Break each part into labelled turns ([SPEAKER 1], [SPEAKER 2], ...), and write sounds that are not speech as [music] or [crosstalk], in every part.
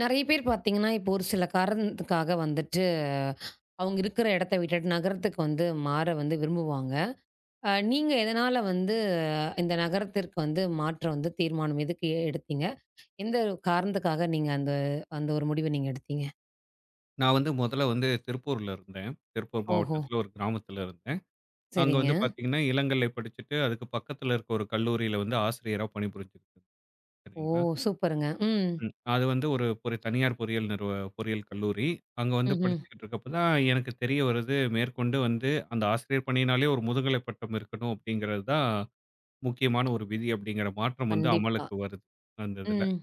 [SPEAKER 1] நெறைய பேர் பார்த்தீங்கன்னா, இப்போ ஒரு சில காரணத்துக்காக வந்துட்டு, அவங்க இருக்கிற இடத்த விட்டுட்டு நகரத்துக்கு வந்து மாற வந்து விரும்புவாங்க. நீங்க எதனால வந்து இந்த நகரத்திற்கு வந்து மாற்ற வந்து தீர்மானம் எதுக்கு எடுத்தீங்க? எந்த காரணத்துக்காக நீங்க அந்த அந்த ஒரு முடிவ நீங்க எடுத்தீங்க?
[SPEAKER 2] நான் வந்து முதல்ல வந்து திருப்பூர்ல இருந்தேன். திருப்பூர்
[SPEAKER 1] ஓஹோ!
[SPEAKER 2] மாவட்டத்தில ஒரு கிராமத்தில இருந்தேன். அங்க
[SPEAKER 1] சரிங்க.
[SPEAKER 2] வந்து பார்த்தீங்கன்னா, இளங்கலை படிச்சுட்டு அதுக்கு பக்கத்தில இருக்க ஒரு கல்லூரியில வந்து ஆசிரியரா பணிபுரிஞ்சுகிட்டு இருந்தேன்.
[SPEAKER 1] ஓ!
[SPEAKER 2] சரிங்களா?
[SPEAKER 1] சூப்பருங்க. ம்.
[SPEAKER 2] ம். அது வந்து ஒரு தனியார் பொறியியல் கல்லூரி. அங்க வந்து
[SPEAKER 1] ம்ஹ்ம்.
[SPEAKER 2] படிச்சுக்கிட்டு இருக்கப்ப தான் எனக்கு தெரிய வருது, மேற்கொண்டு வந்து அந்த ஆசிரியர் பணியினாலே ஒரு முதுகலை பட்டம் இருக்கணும் அப்படிங்கிறது தான் முக்கியமான ஒரு விதி அப்படிங்கிற மாற்றம் வந்து
[SPEAKER 1] கண்டிப்பா.
[SPEAKER 2] அமலுக்கு வருது, அந்த இதில.
[SPEAKER 1] ம்.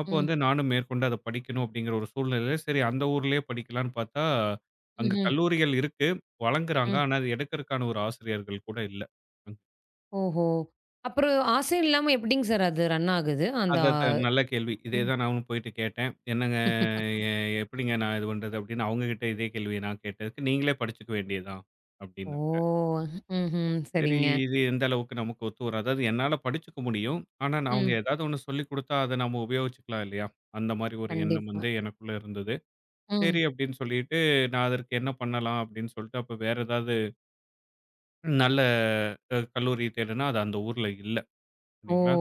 [SPEAKER 2] அப்போ
[SPEAKER 1] ம்.
[SPEAKER 2] வந்து நானும் மேற்கொண்டு அத படிக்கணும் அப்படிங்கிற ஒரு சூழ்நிலையில, சரி அந்த ஊர்லயே படிக்கலான்னு பார்த்தா, அங்க
[SPEAKER 1] ம்ஹ்ம்.
[SPEAKER 2] கல்லூரிகள் இருக்கு. வழங்குறாங்க.
[SPEAKER 1] ம்.
[SPEAKER 2] ஆனா, அது எடுக்கறக்கான ஒரு ஆசிரியர்கள் கூட இல்ல. ம்.
[SPEAKER 1] ஓஹோ! அப்புறம் ஆசை இல்லாம எப்படிங்க சார் அது ரன் ஆகுது? அந்த
[SPEAKER 2] அது
[SPEAKER 1] ஆ.
[SPEAKER 2] அதான் நல்ல கேள்வி. இதே
[SPEAKER 1] ம்.
[SPEAKER 2] தான் நானும் போயிட்டு கேட்டேன். "என்னங்க எ எப்படிங்க நான் இது பண்றது?" அப்படின்னு அவங்க கிட்ட இதே கேள்விய நான் கேட்டதுக்கு, "நீங்களே படிச்சுக்க வேண்டியது தான்" அப்படின்னாங்க.
[SPEAKER 1] ஓ! ம்ஹ்ம்.
[SPEAKER 2] சரி
[SPEAKER 1] சரிங்க.
[SPEAKER 2] இது எந்த அளவுக்கு நமக்கு ஒத்து வரும். அதாவது என்னால படிச்சுக்க முடியும். ஆனா, நான் அவங்க
[SPEAKER 1] ம்.
[SPEAKER 2] ஏதாவது ஒண்ணு சொல்லிக் குடுத்தா, அத நம்ம உபயோகிச்சுக்கலாம் இல்லையா? அந்த மாரி ஒரு எண்ணம்
[SPEAKER 1] கண்டிப்பா.
[SPEAKER 2] வந்து எனக்குள்ள இருந்தது.
[SPEAKER 1] ம்.
[SPEAKER 2] சரி அப்படின்னு சொல்லிட்டு, நான் அதற்கு என்ன பண்ணலாம் அப்படின்னு சொல்லிட்டு, அப்ப வேற ஏதாவது நல்ல கல்லூரி தேடுனா, அது அந்த ஊர்ல இல்ல.
[SPEAKER 1] ஓ!
[SPEAKER 2] சரிங்களா?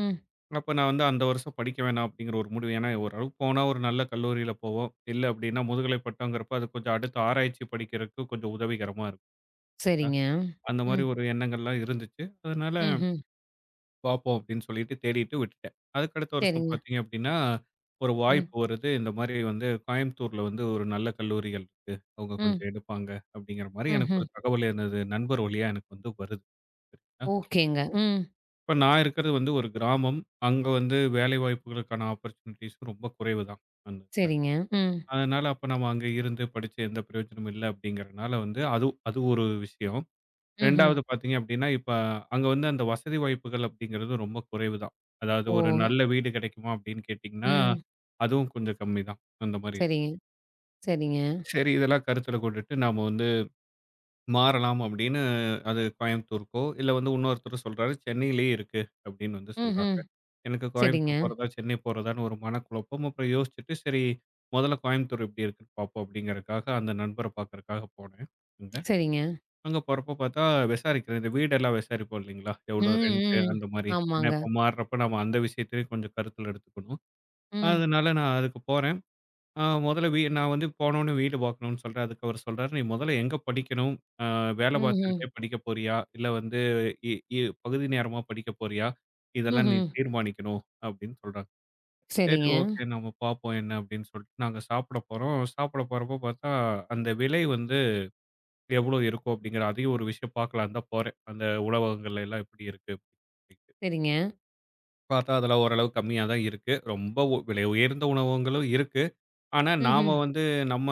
[SPEAKER 1] ம்.
[SPEAKER 2] அப்ப நான் வந்து அந்த வருஷம் படிக்க வேணாம் அப்படிங்கிற ஒரு முடிவு. ஏன்னா, ஓரளவு போனா ஒரு நல்ல கல்லூரியில போவோம். இல்ல அப்படின்னா, முதுகலை பட்டம்ங்கிறப்ப அது கொஞ்சம் அடுத்து ஆராய்ச்சி படிக்கிறதுக்கு கொஞ்சம் உதவிகரமா இருக்கும். சரிங்களா?
[SPEAKER 1] சரிங்க.
[SPEAKER 2] அந்த மாதிரி
[SPEAKER 1] ம்.
[SPEAKER 2] ஒரு எண்ணங்கள்லாம் இருந்துச்சு. அதனால
[SPEAKER 1] ம்ஹ்ம்.
[SPEAKER 2] பார்ப்போம் அப்படின்னு சொல்லிட்டு தேடிட்டு விட்டுட்டேன். அதுக்கடுத்த வருஷம்
[SPEAKER 1] சரிங்க.
[SPEAKER 2] பார்த்தீங்க அப்படின்னா, ஒரு
[SPEAKER 1] ம்.
[SPEAKER 2] வாய்ப்பு வருது. இந்த மாரி வந்து கோயம்புத்தூர்ல வந்து ஒரு நல்ல கல்லூரிகள் இருக்கு. அவங்க
[SPEAKER 1] ம்.
[SPEAKER 2] கொஞ்சம் எடுப்பாங்க அப்படிங்கிற மாரி எனக்கு
[SPEAKER 1] ம்ஹ்ம்.
[SPEAKER 2] ஒரு தகவல் எனது நண்பர் வழியா எனக்கு வந்து வருது. சரிங்களா.
[SPEAKER 1] ஓகேங்க. ம்.
[SPEAKER 2] இப்ப நான் இருக்கிறது வந்து ஒரு கிராமம். அங்க வந்து வேலைவாய்ப்புகளுக்கான ஆப்பர்ச்சுனிட்டீஸ் ரொம்ப குறைவு தான் அந்த இடத்துல.
[SPEAKER 1] சரிங்க. ம்.
[SPEAKER 2] அதனால அப்ப நம்ம அங்க இருந்து படிச்சு எந்த பிரயோஜனமும் இல்ல அப்படிங்கிறனால வந்து அது அது ஒரு விஷயம்.
[SPEAKER 1] ம்ஹ்ம்.
[SPEAKER 2] 2வது பார்த்தீங்க அப்படின்னா, இப்ப அங்க வந்து அந்த வசதி வாய்ப்புகள் அப்படிங்கிறது ரொம்ப குறைவு தான். அதாவது
[SPEAKER 1] ஓ!
[SPEAKER 2] ஒரு நல்ல வீடு கிடைக்குமா அப்படின்னு கேட்டீங்கன்னா,
[SPEAKER 1] ம்.
[SPEAKER 2] அதுவும் கொஞ்சம் கம்மி தான். அந்த மாரி இருக்கு.
[SPEAKER 1] சரிங்க, சரிங்க.
[SPEAKER 2] சரி இதெல்லாம் கருத்துல கொண்டுட்டு நாம வந்து மாறலாம் அப்படின்னு அது கோயம்புத்தூருக்கோ, இல்ல வந்து இன்னொருத்தர் சொல்றாரு சென்னையிலேயே இருக்கு அப்படின்னு வந்து சொல்றாங்க.
[SPEAKER 1] ம்ஹ்ம்.
[SPEAKER 2] எனக்கு
[SPEAKER 1] சரிங்க,
[SPEAKER 2] கோயம்புத்தூர் போறதா, சென்னை போறதான்னு ஒரு மனக்குழப்பம். அப்புறம் யோசிச்சுட்டு சரி முதல்ல கோயம்புத்தூர் எப்படி இருக்குன்னு பார்ப்போம் அப்படிங்கிறதுக்காக அந்த நண்பர பார்க்கறக்காக போனேன் அங்க.
[SPEAKER 1] சரிங்க.
[SPEAKER 2] அங்க போறப்போ பார்த்தா விசாரிக்கிறேன். இந்த வீடெல்லாம் விசாரிப்போம் இல்லைங்களா? எவ்வளோ ரென்ட்
[SPEAKER 1] ம், ம்.
[SPEAKER 2] அந்த மாரி. ஏன்னா
[SPEAKER 1] ஆமாங்க.
[SPEAKER 2] இப்ப மாறுறப்ப நம்ம அந்த விஷயத்தையும் கொஞ்சம் கருத்துல எடுத்துக்கணும்.
[SPEAKER 1] ம்.
[SPEAKER 2] அதனால நான் அதுக்கு போறேன். முதல்ல நான் வந்து போனோனே வீடு பார்க்கணும்னு சொல்றேன். அதுக்கு அவரு சொல்றாரு, "நீ முதல்ல எங்க படிக்கணும்? அ வேலை
[SPEAKER 1] ம்ஹ்ம்.
[SPEAKER 2] பார்த்துக்கிட்டே படிக்க போறியா? இல்ல வந்து இ இ பகுதி நேரமா படிக்க போறியா? இதெல்லாம் நீ
[SPEAKER 1] ம்ஹ்ம்.
[SPEAKER 2] தீர்மானிக்கணும்." அப்படின்னு சொல்றாங்க. சரி
[SPEAKER 1] சரிங்க,
[SPEAKER 2] ஓகே நம்ம பார்ப்போம் என்ன அப்படின்னு சொல்லிட்டு நாங்க சாப்பிட போறோம். சாப்பிட போறப்போ பார்த்தா அந்த விலை வந்து எவ்வளோ இருக்கும் அப்படிங்கிற அதையும் ஒரு விஷயம் பார்க்கலான்னு தான் போறேன். அந்த உணவகங்கள்ல எல்லாம் எப்படி இருக்கு அப்படின்ட்டு.
[SPEAKER 1] சரிங்க.
[SPEAKER 2] பார்த்தா அதெல்லாம் ஓரளவு கம்மியா தான் இருக்கு. ரொம்ப விலை உயர்ந்த உணவகங்களும் இருக்கு. ஆனா நாம
[SPEAKER 1] ம்ஹ்ம்.
[SPEAKER 2] வந்து நம்ம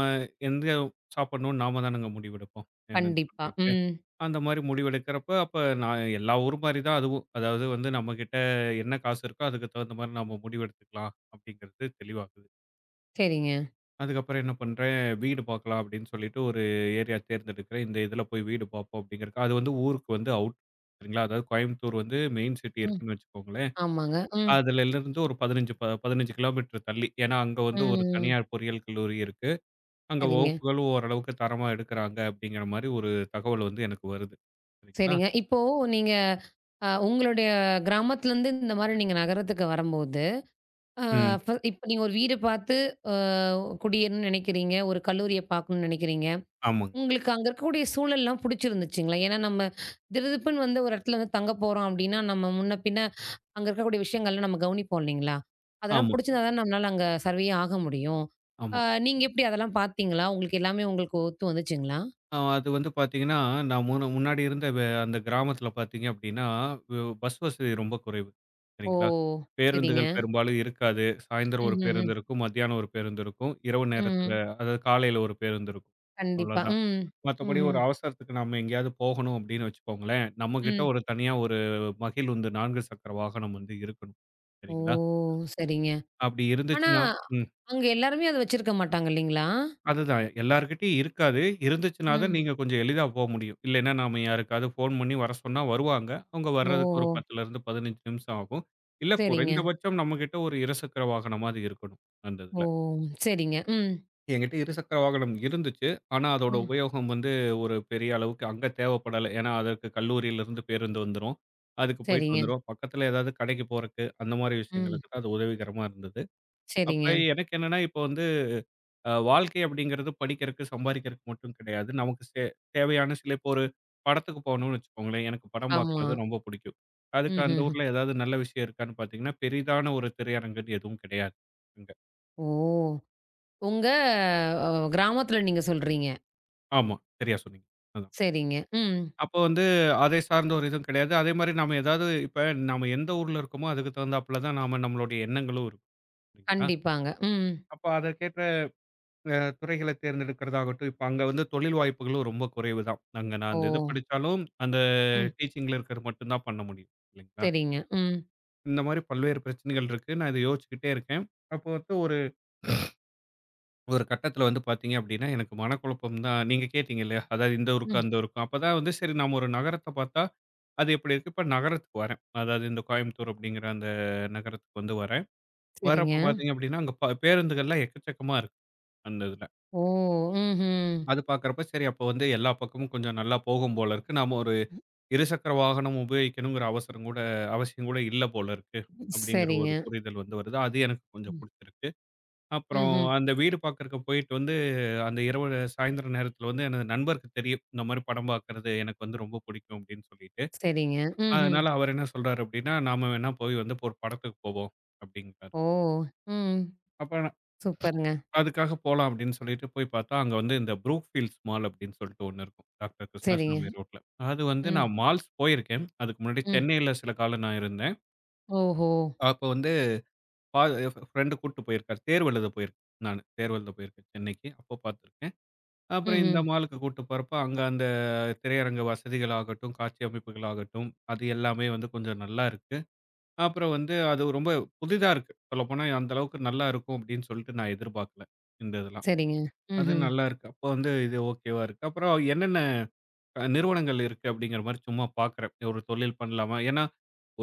[SPEAKER 2] எங்க சாப்பிடணும்னு நாம தானங்க முடிவெடுப்போம். என்னன்னு
[SPEAKER 1] கண்டிப்பா.
[SPEAKER 2] சொல்லிட்டு,
[SPEAKER 1] ம்.
[SPEAKER 2] அந்த மாரி முடிவெடுக்கிறப்ப அப்ப நான் எல்லா ஊர் மாரி தான் அதுவும். அதாவது வந்து நம்மகிட்ட என்ன காசு இருக்கோ அதுக்கு தகுந்த மாரி நம்ம முடிவெடுத்துக்கலாம் அப்படிங்கிறது தெளிவாகுது.
[SPEAKER 1] சரிங்க.
[SPEAKER 2] அதுக்கப்புறம் என்ன பண்றேன், வீடு பார்க்கலாம் அப்படின்னு சொல்லிட்டு ஒரு ஏரியா தேர்ந்தெடுக்கிறேன். இந்த இதில போய் வீடு பார்ப்போம் அப்படிங்கிறக்கு. அது வந்து ஊருக்கு வந்து அவுட் சரிங்களா? அதாவது கோயம்புத்தூர் வந்து மெயின் சிட்டி
[SPEAKER 1] ம்.
[SPEAKER 2] இருக்குன்னு வச்சுக்கோங்களேன்.
[SPEAKER 1] ஆமாங்க. ம்.
[SPEAKER 2] அதுலருந்து ஒரு 15 கிலோமீட்டர் தள்ளி. ஏன்னா, அங்க வந்து ஒரு
[SPEAKER 1] ம்.
[SPEAKER 2] தனியார் பொறியியல் கல்லூரி இருக்கு. அங்க
[SPEAKER 1] சரிங்க.
[SPEAKER 2] வகுப்புகளும் ஓரளவுக்கு தரமா எடுக்கிறாங்க அப்படிங்கிற மாரி ஒரு தகவல் வந்து எனக்கு வருது. சரிங்களா?
[SPEAKER 1] சரிங்க. இப்போ நீங்க உங்களுடைய கிராமத்துலருந்து இந்த மாரி நீங்க நகரத்துக்கு வரும்போது, அ
[SPEAKER 2] ம்.
[SPEAKER 1] ஃப இப்ப நீங்க ஒரு வீடு பார்த்து அ குடியேறணும்னு நெனைக்கிறீங்க. ஒரு கல்லூரிய பார்க்கணும்னு நெனைக்கிறீங்க.
[SPEAKER 2] ஆமாங்க.
[SPEAKER 1] உங்களுக்கு அங்க இருக்கக்கூடிய சூழல்லாம் புடிச்சிருந்துச்சுங்களா? ஏன்னா நம்ம திடுதிப்புன்னு வந்து ஒரு இடத்துல வந்து தங்க போறோம் அப்டின்னா, நம்ம முன்ன பின்ன அங்க இருக்கக்கூடிய விஷயங்கள்லாம் நம்ம கவனிப்போம் இல்லைங்களா? அதெல்லாம்
[SPEAKER 2] ஆமா,
[SPEAKER 1] புடிச்சிருந்தா தான் நம்மளால அங்க சர்வே ஆக முடியும். அ
[SPEAKER 2] ஆமா.
[SPEAKER 1] நீங்க எப்டி அதெல்லாம் பார்த்தீங்களா? உங்களுக்கு எல்லாமே ஒத்து வந்துச்சுங்களா?
[SPEAKER 2] அது வந்து பார்த்தீங்கன்னா, நான் முன்ன முன்னாடி இருந்த அந்த கிராமத்தில பார்த்தீங்க அப்படின்னா, பஸ் வசதி ரொம்ப குறைவு.
[SPEAKER 1] ஓ!
[SPEAKER 2] சரிங்களா?
[SPEAKER 1] சரிங்க.
[SPEAKER 2] பேருந்துகள் பெரும்பாலும் இருக்காது. சாயந்தரம் ஒரு
[SPEAKER 1] ம்ஹ்ஹ்ம்.
[SPEAKER 2] பேருந்து இருக்கும், மத்தியானம் ஒரு பேருந்து இருக்கும், இரவு நேரத்தில
[SPEAKER 1] ம். ம்
[SPEAKER 2] அதாவது காலையில ஒரு பேருந்து இருக்கும்.
[SPEAKER 1] கண்டிப்பா.
[SPEAKER 2] அவ்வளோதான்.
[SPEAKER 1] ம்.
[SPEAKER 2] மத்தபடி ஒரு
[SPEAKER 1] ம்ஹ்ம்.
[SPEAKER 2] அவசரத்துக்கு நம்ம எங்கேயாவது போகணும் அப்படின்னு வச்சுக்கோங்களேன், நம்மகிட்ட
[SPEAKER 1] ம்.
[SPEAKER 2] ஒரு தனியா ஒரு மகிழுந்து 4 சக்கர வாகனம் வந்து இருக்கணும்.
[SPEAKER 1] ஓ!
[SPEAKER 2] சரிங்களா?
[SPEAKER 1] சரிங்க.
[SPEAKER 2] அப்படி
[SPEAKER 1] ஆனா,
[SPEAKER 2] இருந்துச்சுன்னா ம்.
[SPEAKER 1] அங்க எல்லாருமே அத வச்சிருக்க மாட்டாங்க இல்லைங்களா?
[SPEAKER 2] அதுதான். எல்லார்கிட்டயும் இருக்காது. இருந்துச்சுன்னா தான்
[SPEAKER 1] ம்.
[SPEAKER 2] நீங்க கொஞ்சம் எளிதா போ முடியும். இல்லைன்னா நாம யாருக்காவது ஃபோன் பண்ணி வர சொன்னா வருவாங்க. அவங்க வர்றதுக்கு ஒரு
[SPEAKER 1] ஓஹோ!
[SPEAKER 2] 10லேருந்து 15 நிமிஷம் ஆகும். இல்ல
[SPEAKER 1] சரிங்க.
[SPEAKER 2] குறைந்தபட்சம் நம்மகிட்ட ஒரு இருசக்கர வாகனமாவது இருக்கணும், அந்த
[SPEAKER 1] ஓ!
[SPEAKER 2] இதுல.
[SPEAKER 1] சரிங்க. ம்.
[SPEAKER 2] என்கிட்ட இருசக்கர வாகனம் இருந்துச்சு. ஆனா அதோட
[SPEAKER 1] ம்.
[SPEAKER 2] உபயோகம் வந்து ஒரு பெரிய அளவுக்கு அங்க தேவைப்படல. ஏன்னா அதற்கு கல்லூரியிலிருந்து பேருந்து வந்துரும். அதுக்கு போயிட்டு
[SPEAKER 1] சரிங்க.
[SPEAKER 2] வந்துருவோம். பக்கத்துல ஏதாவது கடைக்கு போறக்கு, அந்த மாரி
[SPEAKER 1] ம்.
[SPEAKER 2] விஷயங்களுக்கு தான் அது உதவிகரமா இருந்தது. அப்ப
[SPEAKER 1] சரிங்க.
[SPEAKER 2] எனக்கு என்னன்னா, இப்ப வந்து வாழ்க்கை அப்படிங்கிறது படிக்கிறக்கு, சம்பாரிக்கிறக்கு மட்டும் கிடையாது. நமக்கு தேவையான சில இப்போ ஒரு படத்துக்கு போகணும்னு வச்சுக்கோங்களேன். எனக்கு படம்
[SPEAKER 1] ஆமா.
[SPEAKER 2] பார்க்குறது ரொம்ப பிடிக்கும். அதுக்கு அந்த
[SPEAKER 1] ம்ஹ்ஹ்ம்.
[SPEAKER 2] ஊர்ல ஏதாவது நல்ல விஷயம் இருக்கான்னு பார்த்தீங்கன்னா, பெரிதான ஒரு திரையரங்குன்னு எதுவும் கிடையாது அங்க.
[SPEAKER 1] ஓ! உங்க அ கிராமத்துல நீங்க சொல்றீங்க.
[SPEAKER 2] ஆமா, சரியா சொன்னீங்க. அதான்.
[SPEAKER 1] சரிங்க. ம்.
[SPEAKER 2] அப்போ வந்து அதை சார்ந்த ஒரு இதுவும் கிடையாது. அதேமாரி நம்ம ஏதாவது இப்ப நம்ம எந்த ஊர்ல இருக்கோமோ, அதுக்கு தகுந்தாப்புல தான் நாம நம்மளுடைய எண்ணங்களும் இருக்கும். இல்லைங்களா?
[SPEAKER 1] கண்டிப்பாங்க. ம்.
[SPEAKER 2] அப்ப அதற்கேத்த துறைகள தேர்ந்தெடுக்கிறதாகட்டும், இப்ப அங்க வந்து தொழில் வாய்ப்புகளும் ரொம்ப குறைவு தான். அங்க நான்
[SPEAKER 1] ஓ!
[SPEAKER 2] அந்த இது படிச்சாலும், அந்த
[SPEAKER 1] ம்.
[SPEAKER 2] டீச்சிங்ல இருக்கிறது மட்டும் தான் பண்ண முடியும். இல்லைங்களா?
[SPEAKER 1] சரிங்க. ம்.
[SPEAKER 2] இந்த மாரி பல்வேறு பிரச்சனைகள் இருக்கு. நான் இத யோசிச்சுக்கிட்டே இருக்கேன். அப்போ வந்து ஒரு ஒரு கட்டத்தில வந்து பார்த்தீங்க அப்படின்னா, எனக்கு மனக்குழப்பம் தான். நீங்க கேட்டீங்க இல்லையா? அதாவது இந்த ஊருக்கும்,
[SPEAKER 1] ம்.
[SPEAKER 2] அந்த ஊருக்கும். அப்பதான் வந்து சரி நாம ஒரு நகரத்த பார்த்தா, அது எப்படி இருக்கு? இப்ப நகரத்துக்கு வரேன். அதாவது இந்த கோயம்புத்தூர் அப்படிங்கிற அந்த நகரத்துக்கு வந்து வரேன்.
[SPEAKER 1] சரிங்க.
[SPEAKER 2] வரப்ப பார்த்தீங்க அப்படின்னா, அங்க பேருந்துகள்லாம் எக்கச்சக்கமா இருக்கு. அந்த இதுல.
[SPEAKER 1] ஓ! ம்ஹ்ம்.
[SPEAKER 2] அது பார்க்குறப்ப, சரி அப்போ வந்து எல்லா பக்கமும் கொஞ்சம் நல்லா போகும் போல இருக்கு. நாம ஒரு இருசக்கர வாகனம் உபயோகிக்கணுங்கிற அவசரம் கூட அவசியம் கூட இல்ல போல இருக்கு. அப்படிங்கிற ஒரு
[SPEAKER 1] சரிங்க.
[SPEAKER 2] புரிதல் வந்து வருது. அது எனக்கு கொஞ்சம்
[SPEAKER 1] ம்.
[SPEAKER 2] புடிச்சிருக்கு. அப்புறம்
[SPEAKER 1] ம்ஹ்ம்.
[SPEAKER 2] அந்த வீடு பார்க்கறக்கு போயிட்டு வந்து, அந்த இரவு சாயந்திர நேரத்தில வந்து எனது நண்பருக்கு தெரியும். இந்த மாரி படம் பார்க்கறது எனக்கு வந்து ரொம்ப பிடிக்கும் அப்படின்னு சொல்லிட்டு.
[SPEAKER 1] சரிங்க. ம்ஹ்ம்.
[SPEAKER 2] அதனால அவர் என்ன சொல்றாரு அப்படின்னா, "நாம வேணா போய் வந்து ஒரு படத்துக்கு போவோம்" அப்படிங்கிறாரு.
[SPEAKER 1] ஓ! ம்.
[SPEAKER 2] அப்ப
[SPEAKER 1] சூப்பருங்க.
[SPEAKER 2] அதுக்காக போலாம் அப்படின்னு சொல்லிட்டு போய் பார்த்தா, அங்க வந்து இந்த புரூக்ஃபீல்ட்ஸ் மால் அப்படின்னு சொல்லிட்டு ஒண்ணு இருக்கும். டாக்டர்
[SPEAKER 1] சரிங்க.
[SPEAKER 2] கிருஷ்ணசாமி ரோட்ல. அது வந்து
[SPEAKER 1] ம்,
[SPEAKER 2] நான் மால்ஸ் போயிருக்கேன். அதுக்கு முன்னாடி
[SPEAKER 1] ம்.
[SPEAKER 2] சென்னையில சில காலம் நான் இருந்தேன்.
[SPEAKER 1] ஓஹோ!
[SPEAKER 2] அப்ப வந்து பா ஃப்ரெண்ட் கூட்டு போயிருக்காரு. தேர்வு எழுத போயிருக்கேன் நானு. தேர்வு எழுத போயிருக்கேன் சென்னைக்கு. அப்போ பார்த்துருக்கேன். அப்புறம் இந்த
[SPEAKER 1] ம்ஹ்ம்.
[SPEAKER 2] மாலுக்கு கூட்டு போறப்ப, அங்க அந்த திரையரங்க வசதிகள் ஆகட்டும், காட்சி அமைப்புகள் ஆகட்டும், அது எல்லாமே வந்து கொஞ்சம் நல்லா இருக்கு. அப்புறம் வந்து அது ரொம்ப புதிதா இருக்கு. சொல்லப்போனா அந்த அளவுக்கு நல்லா இருக்கும் அப்படின்னு சொல்லிட்டு நான் எதிர்பார்க்கல. இந்த இதெல்லாம்.
[SPEAKER 1] சரிங்க.
[SPEAKER 2] அது
[SPEAKER 1] ம்ஹ்ம்.
[SPEAKER 2] நல்லா இருக்கு. அப்போ வந்து இது ஓகேவா இருக்கு. அப்புறம் என்னென்ன நிறுவனங்கள் இருக்கு அப்படிங்கிற மாரி சும்மா பார்க்குறேன். ஒரு தொழில் பண்ணலாமா? ஏன்னா,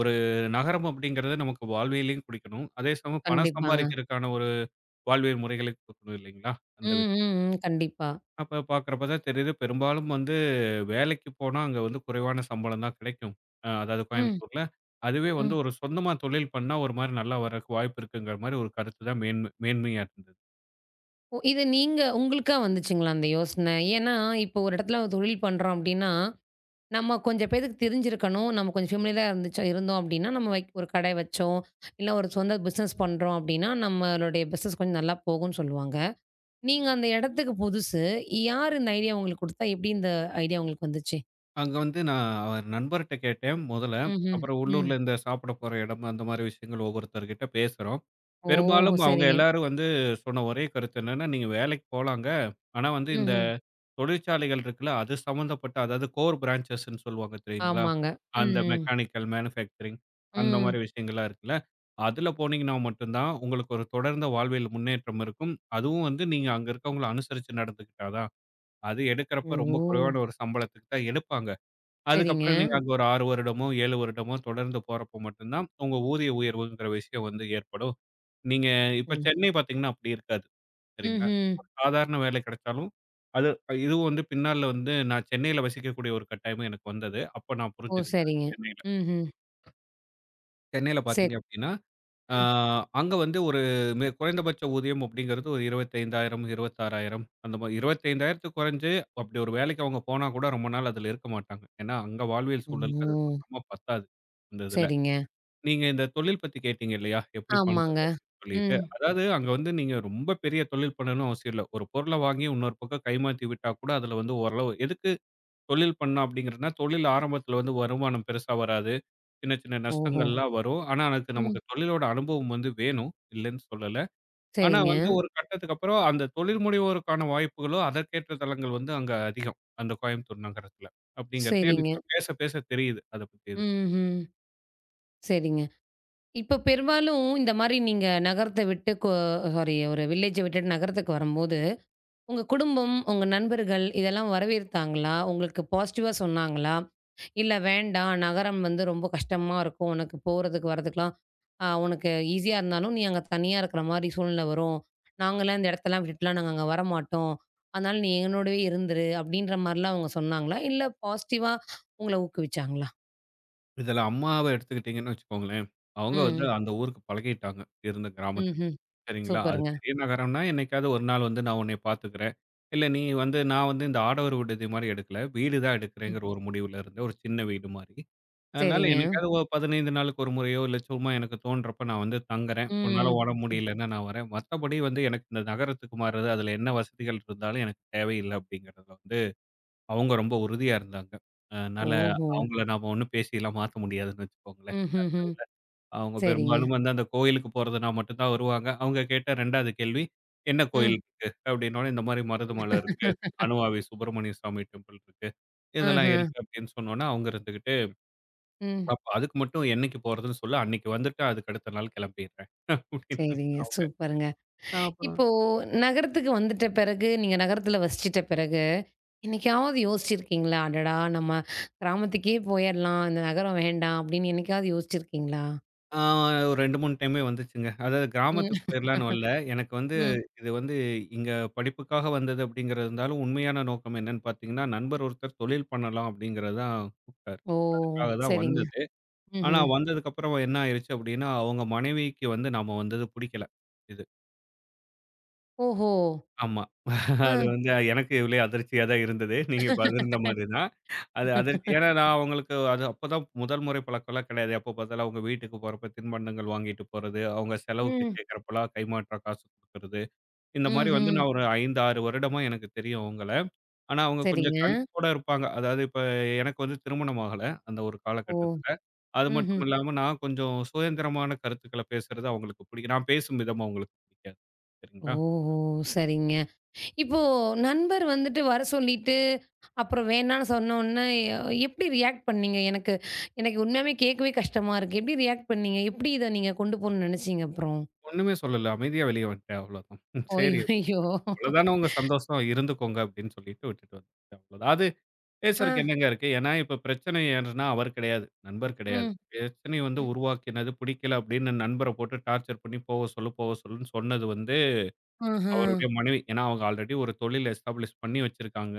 [SPEAKER 2] ஒரு நகரம் அப்படிங்கிறது நமக்கு வாழ்வியலையும் குடிக்கணும். அதே சமயம் பணம்
[SPEAKER 1] கண்டிப்பாங்க.
[SPEAKER 2] சம்பாதிக்கிறதுக்கான ஒரு வாழ்வியல் முறைகளையும் குடுக்கணும் இல்லைங்களா? அந்த
[SPEAKER 1] ம்,
[SPEAKER 2] விஷயம்.
[SPEAKER 1] ம், ம். கண்டிப்பா.
[SPEAKER 2] அப்ப பார்க்குறப்ப தான் தெரியுது, பெரும்பாலும் வந்து வேலைக்கு போனா அங்க வந்து குறைவான சம்பளம் தான் கிடைக்கும். அதாவது
[SPEAKER 1] ம்,
[SPEAKER 2] கோயம்புத்தூர்ல. அதுவே வந்து
[SPEAKER 1] ம்.
[SPEAKER 2] ஒரு சொந்தமா தொழில் பண்ணா ஒரு மாரி நல்லா வரக்கு வாய்ப்பு இருக்குங்கிற மாரி ஒரு கருத்து தான் மேன்மையா இருந்தது.
[SPEAKER 1] ஓ! இது நீங்க உங்களுக்கா வந்துச்சுங்களா அந்த யோசனை? ஏன்னா, இப்போ ஒரு இடத்துல தொழில் பண்றோம் அப்டின்னா, நம்ம கொஞ்சம் பேத்துக்கு தெரிஞ்சிருக்கணும். நம்ம கொஞ்சம் ஃபெமிலியரா இருந்துச்சோ இருந்தோம் அப்டின்னா, நம்ம ஒரு கடை வச்சோம், இல்ல ஒரு சொந்த பிசினஸ் பண்றோம் அப்டின்னா, நம்மளுடைய பிசினஸ் கொஞ்சம் நல்லா போகும்னு சொல்லுவாங்க. நீங்க அந்த இடத்துக்கு புதுசு. யார் இந்த ஐடியா உங்களுக்கு குடுத்தா? எப்டி இந்த ஐடியா உங்களுக்கு வந்துச்சு?
[SPEAKER 2] அங்க வந்து நான் அவர் நண்பர்ட்ட கேட்டேன் முதல்ல.
[SPEAKER 1] ம்ஹ்ம்.
[SPEAKER 2] அப்புறம்
[SPEAKER 1] ம்.
[SPEAKER 2] உள்ளூர்ல இந்த சாப்பிட போற இடம், அந்த மாரி விஷயங்கள் ஒவ்வொருத்தர்கிட்ட பேசுறோம்.
[SPEAKER 1] ஓஹோ!
[SPEAKER 2] பெரும்பாலும் அவங்க
[SPEAKER 1] சரிங்க.
[SPEAKER 2] எல்லாரும் வந்து சொன்ன ஒரே கருத்து என்னன்னா, "நீங்க வேலைக்கு போலாங்க. ஆனா வந்து இந்த
[SPEAKER 1] ம்ஹ்ம்.
[SPEAKER 2] தொழிற்சாலைகள் இருக்குல்ல, அது சம்மந்தப்பட்ட அதாவது கோர் பிரான்ச்சஸ்ன்னு சொல்லுவாங்க தெரியுங்களா?
[SPEAKER 1] ஆமாங்க. ம்,
[SPEAKER 2] அந்த
[SPEAKER 1] ம்.
[SPEAKER 2] மெக்கானிக்கல், மேனுஃபேக்சரிங் அந்த மாரி
[SPEAKER 1] ம்.
[SPEAKER 2] விஷயங்கள்லாம் இருக்குல்ல, அதுல போனீங்கன்னா மட்டும் தான் உங்களுக்கு ஒரு தொடர்ந்த வாழ்வியல் முன்னேற்றம் இருக்கும். அதுவும் வந்து நீங்க அங்க இருக்கவங்கள அனுசரிச்சு நடந்துக்கிட்டா தான். அது எடுக்கிறப்ப
[SPEAKER 1] ஓ!
[SPEAKER 2] ரொம்ப குறைவான ஒரு சம்பளத்துக்கு தான் எடுப்பாங்க."
[SPEAKER 1] சரிங்க.
[SPEAKER 2] அதுக்கப்புறம் நீங்க அங்க ஒரு 6 வருடமோ, 7 வருடமோ தொடர்ந்து போறப்போ மட்டும் தான், உங்க ஊதிய உயர்வுங்கிற விஷயம் வந்து ஏற்படும். நீங்க இப்ப
[SPEAKER 1] ம்.
[SPEAKER 2] சென்னை பார்த்தீங்கன்னா அப்படி இருக்காது. சரிங்களா?
[SPEAKER 1] ம்ஹ்ம்.
[SPEAKER 2] சாதாரண வேலை கிடைச்சாலும், அது இதுவும் வந்து பின்னால வந்து நான் சென்னையில வசிக்கக்கூடிய ஒரு கட்டாயமும் எனக்கு வந்தது. அப்ப நான்
[SPEAKER 1] ஓ!
[SPEAKER 2] புரிஞ்சுகிட்டது
[SPEAKER 1] சரிங்க.
[SPEAKER 2] சென்னையில.
[SPEAKER 1] ம்ஹ்ம்.
[SPEAKER 2] சென்னையில
[SPEAKER 1] சரி.
[SPEAKER 2] பார்த்தீங்க அப்படின்னா ஆ
[SPEAKER 1] ம்.
[SPEAKER 2] அங்க வந்து ஒரு குறைந்தபட்ச ஊதியம் அப்படிங்கிறது ஒரு 25,000 26,000 அந்த மாரி 25,000த்துக்கு குறைஞ்சு அப்படி ஒரு வேலைக்கு அவங்க போனா கூட ரொம்ப நாள் அதில இருக்க மாட்டாங்க. ஏன்னா, அங்க வாழ்வியல் சூழலுக்கு
[SPEAKER 1] ஓ!
[SPEAKER 2] அது சுத்தமா பத்தாது, அந்த இதுல.
[SPEAKER 1] சரிங்க.
[SPEAKER 2] நீங்க இந்த தொழில் பத்தி கேட்டீங்க இல்லையா? எப்படி பண்றது
[SPEAKER 1] ஆமாங்க.
[SPEAKER 2] அப்படின்னு சொல்லிட்டு.
[SPEAKER 1] ம்.
[SPEAKER 2] அதாவது அங்க வந்து நீங்க ரொம்ப பெரிய தொழில் பண்ணணும்னு அவசியம் இல்ல. ஒரு பொருள வாங்கி இன்னொரு பக்கம் கைமாத்தி விட்டா கூட அதில வந்து ஓரளவு எதுக்கு தொழில் பண்ணோம் அப்படிங்கிறதுனா, தொழில் ஆரம்பத்தில வந்து வருமானம் பெருசா வராது. சின்ன, சின்ன
[SPEAKER 1] ஓஹோ!
[SPEAKER 2] நஷ்டங்கள்லாம் வரும். ஆனா, அதுக்கு நமக்கு
[SPEAKER 1] ம்.
[SPEAKER 2] தொழிலோட அனுபவம் வந்து வேணும். இல்லன்னு சொல்லல. ஆனா
[SPEAKER 1] சரிங்க,
[SPEAKER 2] வந்து ஒரு கட்டத்துக்கு அப்புறம் அந்த தொழில் முனைவோருக்கான வாய்ப்புகளோ, அதற்கேற்ற தளங்கள் வந்து அங்க அதிகம். அந்த கோயம்புத்தூர் நகரத்தில. அப்படிங்கிறது
[SPEAKER 1] சரிங்க.
[SPEAKER 2] எனக்கு பேச, பேச தெரியுது. அத பத்தி இது
[SPEAKER 1] ம்ஹ்ம். சரிங்க. இப்ப பெரும்பாலும் இந்த மாரி நீங்க நகரத்த விட்டு சாரி ஒரு வில்லேஜ விட்டுட்டு நகரத்துக்கு வரும்போது உங்க குடும்பம், உங்க நண்பர்கள் இதெல்லாம் வரவேற்த்தாங்களா? உங்களுக்கு பாசிட்டிவா சொன்னாங்களா? இல்ல வேண்டாம், நகரம் வந்து ரொம்ப கஷ்டமா இருக்கும். உனக்கு போறதுக்கு, வரதுக்குலாம் உனக்கு ஈஸியா இருந்தாலும், நீ அங்க தனியா இருக்கிற மாரி சூழ்நிலை வரும். நாங்கலாம் இந்த இடத்தலாம் விட்டுட்டுலாம் நாங்க அங்க வரமாட்டோம். அதனால நீ எங்களோடவே இருந்துரு." அப்படின்ற மாரிலாம் அவங்க சொன்னாங்களா? இல்ல பாசிட்டிவா உங்கள ஊக்குவிச்சாங்களா?
[SPEAKER 2] இதுல அம்மாவ எடுத்துக்கிட்டீங்கன்னு வச்சுக்கோங்களேன், அவங்க வந்து
[SPEAKER 1] ம்.
[SPEAKER 2] ம். அந்த ஊருக்கு பழகிட்டாங்க. இருந்த கிராமத்துக்கு.
[SPEAKER 1] ம்ஹ்ம்.
[SPEAKER 2] சரிங்களா? அது
[SPEAKER 1] சூப்பருங்க.
[SPEAKER 2] பெரிய நகரம்னா, என்னைக்காவது ஒரு நாள் வந்து நான் உன்னைய பார்த்துக்கிறேன். இல்ல நீ வந்து நான் வந்து இந்த ஆடவர் விடுதி மாரி எடுக்கல. வீடு தான்
[SPEAKER 1] ம்.
[SPEAKER 2] எடுக்கிறேங்கிற ஒரு முடிவுல இருந்தேன். ஒரு சின்ன வீடு மாரி. அதனால
[SPEAKER 1] சரிங்க.
[SPEAKER 2] என்னைக்காவது ஒரு 15 நாளுக்கு ஒரு முறையோ, இல்ல சும்மா எனக்கு தோன்றப்ப நான் வந்து தங்குறேன். உன்னால
[SPEAKER 1] ம்.
[SPEAKER 2] உடம்பு
[SPEAKER 1] ம்.
[SPEAKER 2] முடியலன்னா நான் வரேன். மத்தபடி வந்து எனக்கு இந்த நகரத்துக்கு மாறுறது, அதுல என்ன வசதிகள் இருந்தாலும் எனக்கு தேவையில்ல அப்படிங்கிறதுல வந்து அவங்க ரொம்ப உறுதியா இருந்தாங்க. அதனால ம்.
[SPEAKER 1] ஓஹோ!
[SPEAKER 2] அவங்கள நாம ஒண்ணும் பேசிலாம் மாத்த முடியாதுன்னு வச்சுக்கோங்களேன்.
[SPEAKER 1] ம்ஹ்ஹ்ம்.
[SPEAKER 2] அவங்க
[SPEAKER 1] சரிங்க.
[SPEAKER 2] பெரும்பாலும் வந்து அந்த கோயிலுக்கு போறதுனா மட்டும் தான் வருவாங்க. அவங்க கேட்ட 2வது கேள்வி, "என்ன கோயில்
[SPEAKER 1] ம்.
[SPEAKER 2] இருக்கு?" அப்படின்னோனே, "இந்த மாரி மருதமலை இருக்கு.
[SPEAKER 1] [laughs]
[SPEAKER 2] அனுவாவி சுப்பிரமணிய சுவாமி டெம்பிள் இருக்கு.
[SPEAKER 1] ஆஹ.
[SPEAKER 2] இதெல்லாம் இருக்கு" அப்படின்னு சொன்னோனே, அவங்க இருந்துகிட்டு,
[SPEAKER 1] ம்.
[SPEAKER 2] "அப்ப அதுக்கு மட்டும் என்னைக்கு போறதுன்னு சொல்லு, அன்னைக்கு வந்துட்டு அதுக்கு அடுத்த நாள் கிளம்பிடுறேன்" அப்படின்னாங்க
[SPEAKER 1] சரிங்க.
[SPEAKER 2] அவங்க.
[SPEAKER 1] சூப்பருங்க.
[SPEAKER 2] அப்புறம்
[SPEAKER 1] இப்போ நகரத்துக்கு வந்துட்ட பிறகு, நீங்க நகரத்துல வசிச்சிட்ட பிறகு, என்னைக்காவது யோசிச்சிருக்கீங்களா? அடடா! நம்ம கிராமத்துக்கே போயிரலாம். இந்த நகரம் வேண்டாம் அப்படின்னு என்னைக்காவது யோசிச்சிருக்கீங்களா?
[SPEAKER 2] ஆ ஒரு 2, 3 டைமே வந்துச்சுங்க. அதாவது கிராமத்துக்கு
[SPEAKER 1] ம்,
[SPEAKER 2] போயிரலான்னு வல்ல. எனக்கு வந்து
[SPEAKER 1] ம்.
[SPEAKER 2] இது வந்து இங்க படிப்புக்காக வந்தது அப்படிங்கிறது இருந்தாலும், உண்மையான நோக்கம் என்னன்னு பார்த்தீங்கன்னா, நண்பர் ஒருத்தர் தொழில் பண்ணலாம் அப்படிங்கிறது தான் கூப்ட்டாரு.
[SPEAKER 1] ஓ!
[SPEAKER 2] அதுக்காக தான்
[SPEAKER 1] சரிங்க.
[SPEAKER 2] வந்தது. ஆனா
[SPEAKER 1] ம்ஹ்ம்.
[SPEAKER 2] வந்ததுக்கப்புறம் என்ன ஆயிருச்சு அப்படின்னா, அவங்க மனைவிக்கு வந்து நாம வந்தது புடிக்கல. இது
[SPEAKER 1] ஓஹோ!
[SPEAKER 2] ஆமா.
[SPEAKER 1] அ.
[SPEAKER 2] அது வந்து எனக்கு இதுலயே அதிர்ச்சியா தான் இருந்தது. நீங்க பகிர்ந்த மாரி தான். அது அதிர்ச்சி. ஏன்னா நான் அவங்களுக்கு அது அப்பதான் முதல் முறை பழக்கம்லாம் கிடையாது. எப்ப பார்த்தாலும் அவங்க வீட்டுக்கு போறப்ப தின்பண்டங்கள் வாங்கிட்டு போறது, அவங்க செலவுக்கு
[SPEAKER 1] ம்.
[SPEAKER 2] கேட்கறப்பலாம் கைமாற்றா காசு குடுக்கறது. இந்த மாரி வந்து
[SPEAKER 1] ம்ஹ்ம்.
[SPEAKER 2] நான் ஒரு 5, 6 வருடமா எனக்கு தெரியும் அவங்கள. ஆனா அவங்க கொஞ்சம்
[SPEAKER 1] சரிங்க.
[SPEAKER 2] கண்டிப்போட இருப்பாங்க. அதாவது இப்ப எனக்கு வந்து திருமணம் ஆகல, அந்த ஒரு
[SPEAKER 1] ஓ!
[SPEAKER 2] காலகட்டத்துல. அது மட்டும்
[SPEAKER 1] ம்ஹ்ம்.
[SPEAKER 2] இல்லாம நான் கொஞ்சம் சுதந்திரமான கருத்துக்கள பேசுறது அவங்களுக்கு பிடிக்கும். நான் பேசும் விதம் அவங்களுக்கு பிடிக்காது. சரிங்களா?
[SPEAKER 1] ஓஹோ! சரிங்க. இப்போ நண்பர் வந்துட்டு வர சொல்லிட்டு, அப்புறம் வேணான்னு சொன்னோன்னே, எ எப்படி ரியாக்ட் பண்ணீங்க? எனக்கு எனக்கு உண்மையாவே கேட்கவே கஷ்டமா இருக்கு. எப்படி ரியாக்ட் பண்ணீங்க? எப்படி இத நீங்க கொண்டு போணும்னு நெனச்சீங்க அப்புறம்?
[SPEAKER 2] ஒண்ணுமே சொல்லல. அமைதியா வெளிய வந்துட்டேன் அவ்வளோதான். ம் சரி அப்படின்னு
[SPEAKER 1] அய்யய்யோ!
[SPEAKER 2] சொல்லி, இவ்வளோதானே உங்க சந்தோஷம் இருந்துக்கோங்க அப்படின்னு சொல்லிட்டு விட்டுட்டு வந்துட்டேன் அவ்வளோதான். அது
[SPEAKER 1] ஆ,
[SPEAKER 2] பேசுறதுக்கு என்னங்க இருக்கு? ஏன்னா இப்ப பிரச்சனை என்னன்னா அவர் கிடையாது. நண்பர் கிடையாது.
[SPEAKER 1] ம்,
[SPEAKER 2] பிரச்சனை வந்து
[SPEAKER 1] ம்.
[SPEAKER 2] உருவாக்கினது பிடிக்கல அப்படின்னு நண்பர போட்டு டார்ச்சர் பண்ணி போக சொல்லு, போக சொல்லுன்னு சொன்னது வந்து
[SPEAKER 1] ஆஹா.
[SPEAKER 2] அவருடைய மனைவி. ஏன்னா அவங்க ஆல்ரெடி ஒரு தொழில் எஸ்டாப்ளிஷ் பண்ணி வச்சிருக்காங்க.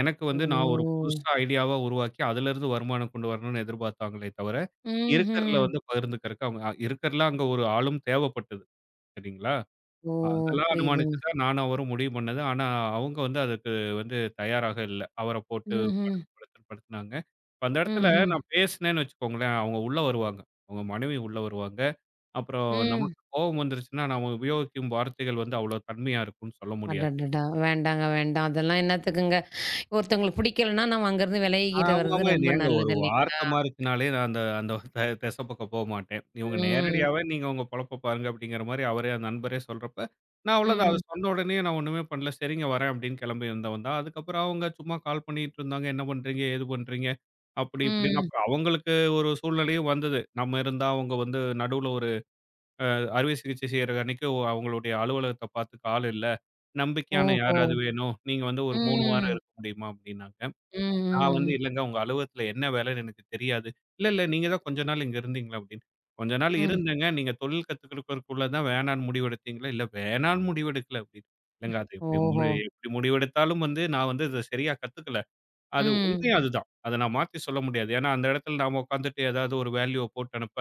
[SPEAKER 2] எனக்கு வந்து நான் ஒரு
[SPEAKER 1] ஓ!
[SPEAKER 2] புதுசா ஐடியாவா உருவாக்கி அதிலிருந்து வருமானம் கொண்டு வரணும்னு எதிர்பார்த்தாங்களே தவிர, இருக்கிறதுல
[SPEAKER 1] ம்ஹ்ம்.
[SPEAKER 2] வந்து பகிர்ந்துக்கிறதுக்கு அவங்க இருக்கிறதுல அங்க ஒரு ஆளும் தேவைப்பட்டது. சரிங்களா?
[SPEAKER 1] ஓ!
[SPEAKER 2] அதெல்லாம்
[SPEAKER 1] புரியுதுங்க.
[SPEAKER 2] அனுமானிச்சு தான் நானும் அவரும் முடிவு பண்ணது. ஆனா, அவங்க வந்து அதுக்கு வந்து தயாராக இல்ல. அவர போட்டு
[SPEAKER 1] ம்ஹ்ம்.
[SPEAKER 2] படுத்துனாங்க. இப்ப அந்த இடத்துல ம்.
[SPEAKER 1] ம்ஹ்ம்.
[SPEAKER 2] நான் பேசினேன்னு வச்சுக்கோங்களேன், அவங்க உள்ள வருவாங்க. அவங்க மனைவி உள்ள வருவாங்க. அப்புறம் ம்.
[SPEAKER 1] ம்.
[SPEAKER 2] நமக்கு கோவம் வந்துருச்சுன்னா, நாம உபயோகிக்கும் வார்த்தைகள் வந்து அவ்வளோ தன்மையா இருக்கும்னு சொல்ல முடியாது.
[SPEAKER 1] அடடடா! வேண்டாங்க, வேண்டாம். அதெல்லாம் என்னத்துக்குங்க? ஒருத்தவங்களுக்கு பிடிக்கலன்னா, நம்ம அங்கருந்து விலகிக்கிட்டு
[SPEAKER 2] ஆமாமா.
[SPEAKER 1] வர்றது ரொம்ப
[SPEAKER 2] ஏங்க ஒரு
[SPEAKER 1] நல்லது இல்லைங்களா?
[SPEAKER 2] வார்த்தை மாறுச்சுனாலே நான் அந்த அந்த திச பக்கம் போமாட்டேன். இவங்க
[SPEAKER 1] ம்.
[SPEAKER 2] நேரடியாவே நீங்க உங்க பொழப்ப பாருங்க அப்படிங்கிற மாரி அவரே அந்த நண்பரே சொல்றப்ப, நான் அவ்வளோதான். அது
[SPEAKER 1] ம்.
[SPEAKER 2] சொன்ன உடனே நான் ஒண்ணுமே பண்ணல. சரிங்க வரேன் அப்படின்னு கிளம்பி வந்தவன் தான். அதுக்கப்புறம் அவங்க சும்மா கால் பண்ணிட்டு இருந்தாங்க. என்ன பண்றீங்க? ஏது பண்றீங்க? அப்படி இப்படின்னு
[SPEAKER 1] ம்.
[SPEAKER 2] அப்புறம் அவங்களுக்கு ஒரு சூழ்நிலையும் வந்தது. நம்ம இருந்தா அவங்க வந்து நடுவுல ஒரு அறுவை சிகிச்சை செய்யற அன்னைக்கு அவங்களுடைய அலுவலகத்த பார்த்துக்க ஆள் இல்ல. நம்பிக்கையான
[SPEAKER 1] ஓஹோ!
[SPEAKER 2] யாராவது வேணும். நீங்க வந்து ஒரு 3 வாரம்
[SPEAKER 1] ம்.
[SPEAKER 2] இருக்க முடியுமா? அப்படின்னாங்க.
[SPEAKER 1] ம்,
[SPEAKER 2] நான் வந்து
[SPEAKER 1] ம்,
[SPEAKER 2] இல்லங்க உங்க அலுவலகத்துல என்ன வேலைன்னு எனக்கு தெரியாது. இல்ல, இல்ல நீங்க தான் கொஞ்ச நாள் இங்க இருந்தீங்களா? அப்படின்னு. கொஞ்ச நாள்
[SPEAKER 1] ம்.
[SPEAKER 2] இருந்தேங்க. நீங்க தொழில் கத்துக்கிறதுக்குள்ள தான் வேணான்னு முடிவெடுத்தீங்களா? இல்ல வேணான்னு முடிவெடுக்கல அப்படின்னு. இல்லங்க அது
[SPEAKER 1] ஓஹோ!
[SPEAKER 2] எப்படி முடிவெடுத்தாலும் வந்து நான் வந்து இத சரியா கத்துக்கல. அது உண்மையும்
[SPEAKER 1] ம்.
[SPEAKER 2] அதுதான். அத நான் மாத்தி சொல்ல முடியாது. ஏன்னா அந்த இடத்துல நாம உட்காந்துட்டு ஏதாவது ஒரு வேல்யூவ போட்டு அனுப்ப,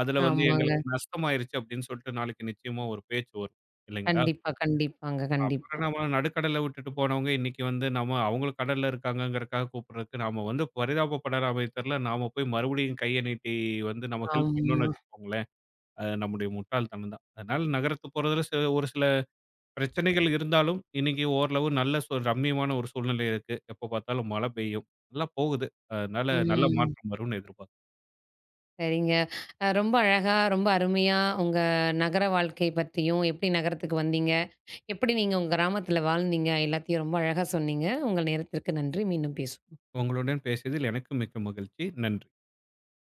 [SPEAKER 2] அதுல வந்து
[SPEAKER 1] ஆமாங்க.
[SPEAKER 2] எங்களுக்கு நஷ்டமாயிருச்சு அப்படின்னு சொல்லிட்டு நாளைக்கு நிச்சயமா ஒரு பேச்சு வரும். இல்லைங்களா?
[SPEAKER 1] கண்டிப்பா, கண்டிப்பாங்க. கண்டிப்பா.
[SPEAKER 2] அப்புறம் நம்ம நடுக்கடல்ல விட்டுட்டு போனவங்க இன்னைக்கு வந்து நம்ம அவங்களும் கடல்ல இருக்காங்கங்கறக்காக கூப்பிடுறதுக்கு நாம வந்து பரிதாபப்படாத தெரியல நாம போய் மறுபடியும் கைய நீட்டி வந்து நம்ம ஹெல்ப் பண்ணணும்னு
[SPEAKER 1] ஆமா.
[SPEAKER 2] வச்சுக்கோங்களேன். அது நம்முடைய முட்டாள்தனம் தான். அதனால நகரத்து போறதுல ஒரு சில பிரச்சனைகள் இருந்தாலும், இன்னைக்கு ஓரளவு நல்ல ரம்மியமான ஒரு சூழ்நிலை இருக்கு. எப்ப பார்த்தாலும் மழை பெய்யும். நல்லா போகுது. அதனால நல்ல
[SPEAKER 1] ம்.
[SPEAKER 2] மாற்றம் வரும்னு எதிர்பார்க்கிறேன்.
[SPEAKER 1] சரிங்க. ரொம்ப அழகா, ரொம்ப அருமையா உங்க நகர வாழ்க்கை பத்தியும், எப்படி நகரத்துக்கு வந்தீங்க? எப்படி நீங்க உங்க கிராமத்தில வாழ்ந்தீங்க? எல்லாத்தையும் ரொம்ப அழகா சொன்னீங்க. உங்கள் நேரத்திற்கு நன்றி. மீண்டும் பேசுவோம்.
[SPEAKER 2] உங்களுடன் பேசியதில் எனக்கு மிக்க மகிழ்ச்சி. நன்றி.